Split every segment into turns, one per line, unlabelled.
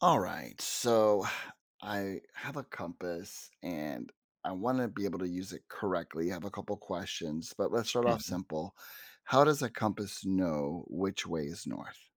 All right. So I have a compass and I want to be able to use it correctly. I have a couple questions, but let's start off
Mhm.
simple. How does a compass know which way is north?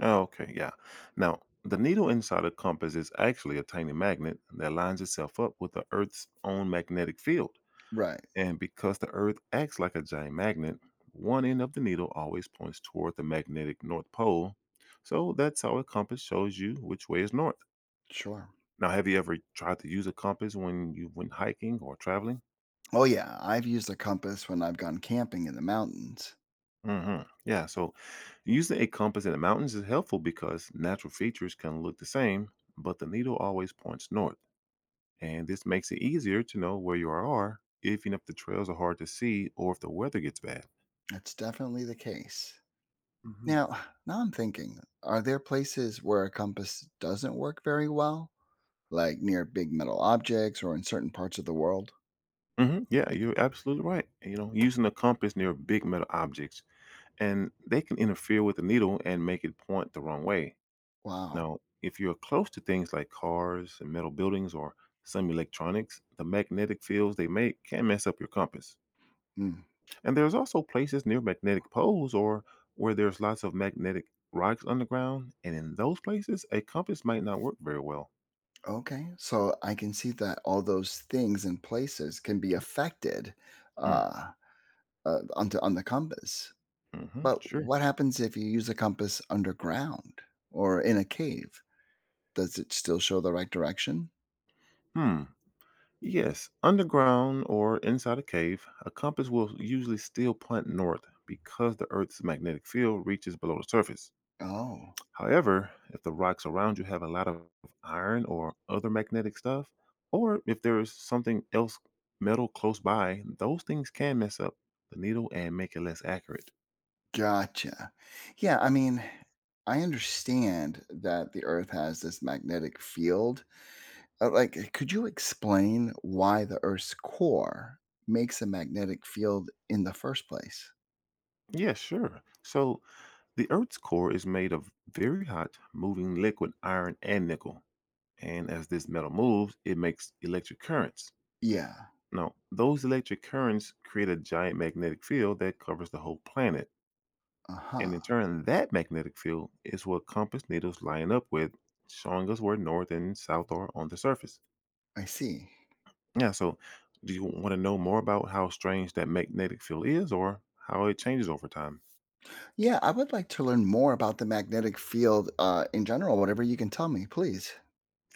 Oh, okay, yeah. Now, the needle inside a compass is actually a tiny magnet that lines itself up with the Earth's own magnetic field.
Right.
And because the Earth acts like a giant magnet, one end of the needle always points toward the magnetic North Pole. So that's how a compass shows you which way is north.
Sure.
Now, have you ever tried to use a compass when you went hiking or traveling?
Oh, yeah. I've used a compass when I've gone camping in the mountains.
Hmm, yeah, so using a compass in the mountains is helpful because natural features can look the same, but the needle always points north. And this makes it easier to know where you are, even if the trails are hard to see or if the weather gets bad.
That's definitely the case.
Hmm.
Now, now I'm thinking, are there places where a compass doesn't work very well? Like near big metal objects or in certain parts of the world?
Hmm, yeah, you're absolutely right. Using a compass near big metal objects, and they can interfere with the needle and make it point the wrong way.
Wow.
Now, if you're close to things like cars and metal buildings or some electronics, the magnetic fields they make can mess up your compass. And there's also places near magnetic poles or where there's lots of magnetic rocks underground, and in those places, a compass might not work very well.
Okay, so I can see that all those things and places can be affected
Mm,
uh, on the compass.
hmm,
But
sure.
what happens if you use a compass underground or in a cave? Does it still show the right direction?
Hmm. Yes, underground or inside a cave, a compass will usually still point north because the Earth's magnetic field reaches below the surface.
Oh,
However, if the rocks around you have a lot of iron or other magnetic stuff, or if there is something else metal close by, those things can mess up the needle and make it less accurate.
gotcha. Yeah, I mean, I understand that the Earth has this magnetic field. Like, could you explain why the Earth's core makes a magnetic field in the first place?
Yeah, sure. So the Earth's core is made of very hot, moving liquid iron and nickel. And as this metal moves, it makes electric currents.
Yeah.
Now, those electric currents create a giant magnetic field that covers the whole planet.
Uh
And
huh.
in turn, that magnetic field is what compass needles line up with, showing us where north and south are on the surface.
I see.
Yeah, so do you want to know more about how strange that magnetic field is or how it changes over time?
Yeah, I would like to learn more about the magnetic field in general, whatever you can tell me, please.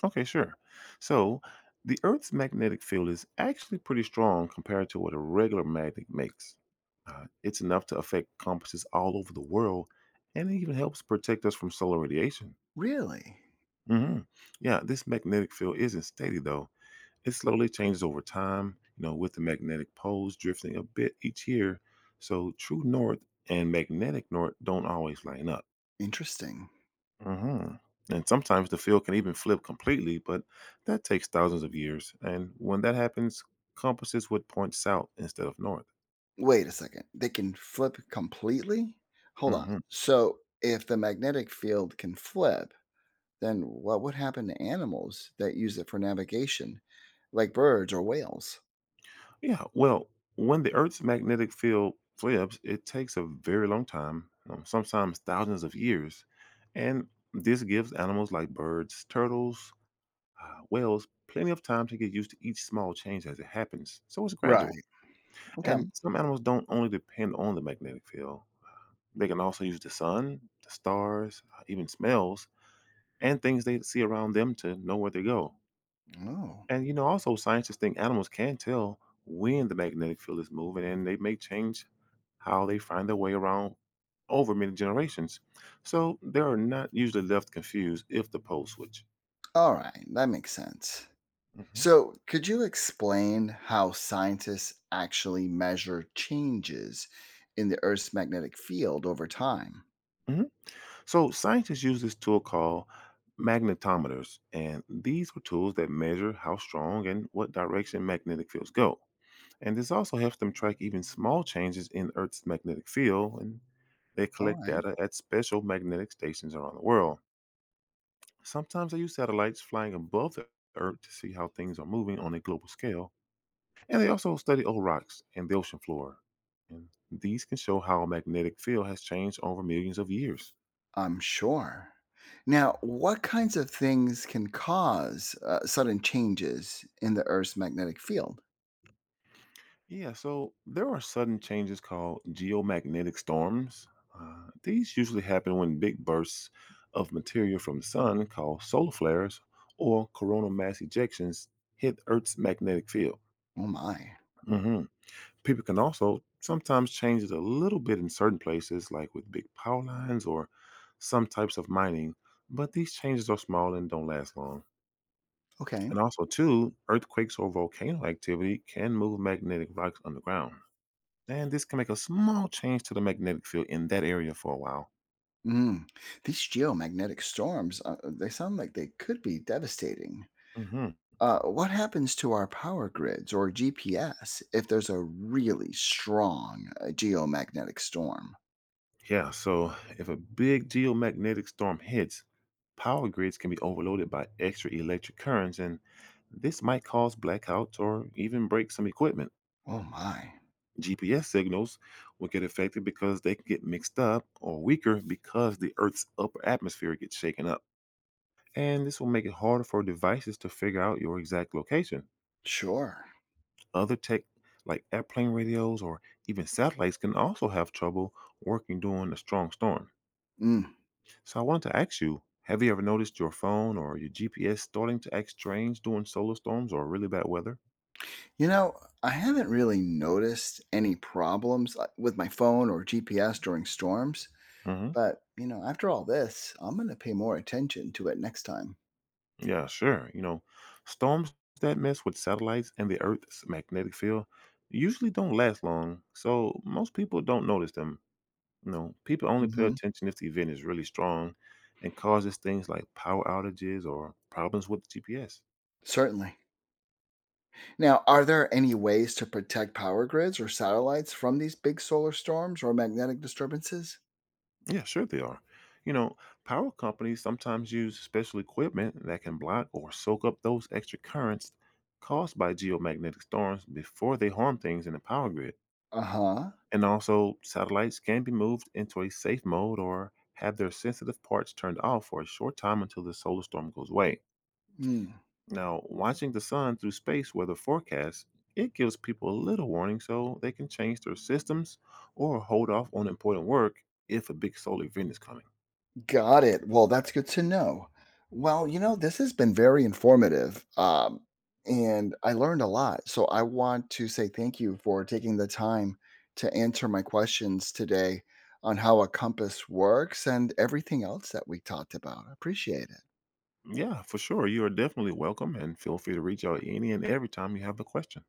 Okay, sure. So the Earth's magnetic field is actually pretty strong compared to what a regular magnet makes. It's enough to affect compasses all over the world, and it even helps protect us from solar radiation.
Really?
Hmm. Yeah, this magnetic field isn't steady though. It slowly changes over time, with the magnetic poles drifting a bit each year. So true north and magnetic north don't always line up.
Interesting.
Hmm. And sometimes the field can even flip completely, but that takes thousands of years. And when that happens, compasses would point south instead of north.
Wait a second. They can flip completely? Hold on.
Hmm.
So, if the magnetic field can flip, then what would happen to animals that use it for navigation, like birds or whales?
Yeah, well, when the Earth's magnetic field flips, it takes a very long time, sometimes thousands of years. And this gives animals like birds, turtles, whales plenty of time to get used to each small change as it happens, so it's
Right.
gradual.
Okay.
And some animals don't only depend on the magnetic field, they can also use the sun, the stars, even smells, and things they see around them to know where they go.
Oh.
And also scientists think animals can tell when the magnetic field is moving and they may change how they find their way around over many generations. So they are not usually left confused if the poles switch.
All right. That makes sense.
Mhm.
So, could you explain how scientists actually measure changes in the Earth's magnetic field over time?
Mhm. So scientists use this tool called magnetometers, and these were tools that measure how strong and what direction magnetic fields go. And this also helps them track even small changes in Earth's magnetic field, and they
All
collect
right,
data at special magnetic stations around the world. Sometimes they use satellites flying above the Earth to see how things are moving on a global scale. And they also study old rocks and the ocean floor. And these can show how a magnetic field has changed over millions of years.
I'm sure. Now, what kinds of things can cause sudden changes in the Earth's magnetic field?
Yeah, so there are sudden changes called geomagnetic storms. These usually happen when big bursts of material from the sun, called solar flares or coronal mass ejections, hit Earth's magnetic field.
Oh my.
Hmm. People can also sometimes change it a little bit in certain places, like with big power lines or some types of mining, but these changes are small and don't last long.
Okay.
And also, too, earthquakes or volcano activity can move magnetic rocks underground. And this can make a small change to the magnetic field in that area for a while.
Mm. These geomagnetic storms, they sound like they could be devastating.
Hmm.
What happens to our power grids or GPS if there's a really strong geomagnetic storm?
Yeah, so if a big geomagnetic storm hits, power grids can be overloaded by extra electric currents, and this might cause blackouts or even break some equipment.
Oh, my.
GPS signals will get affected because they can get mixed up or weaker because the Earth's upper atmosphere gets shaken up. And this will make it harder for devices to figure out your exact location.
Sure.
Other tech, like airplane radios or even satellites, can also have trouble working during a strong storm.
Mm.
So I wanted to ask you, have you ever noticed your phone or your GPS starting to act strange during solar storms or really bad weather?
You know, I haven't really noticed any problems with my phone or GPS during storms,
Hmm.
but, you know, after all this, I'm going to pay more attention to it next time.
Yeah, sure. Storms that mess with satellites and the Earth's magnetic field usually don't last long, so most people don't notice them. People only pay
Hmm.
attention if the event is really strong and causes things like power outages or problems with the GPS.
Certainly. Now, are there any ways to protect power grids or satellites from these big solar storms or magnetic disturbances?
Yeah, sure they are. You know, Power companies sometimes use special equipment that can block or soak up those extra currents caused by geomagnetic storms before they harm things in the power grid.
Uh
And also, satellites can be moved into a safe mode or have their sensitive parts turned off for a short time until the solar storm goes away.
huh.
Now, watching the sun through space weather forecasts, it gives people a little warning so they can change their systems or hold off on important work if a big solar event is coming.
Got it. Well, that's good to know. Well, you know, this has been very informative. And I learned a lot. So I want to say thank you for taking the time to answer my questions today on how a compass works and everything else that we talked about. I appreciate it.
Yeah, for sure. You are definitely welcome and feel free to reach out any and every time you have a question.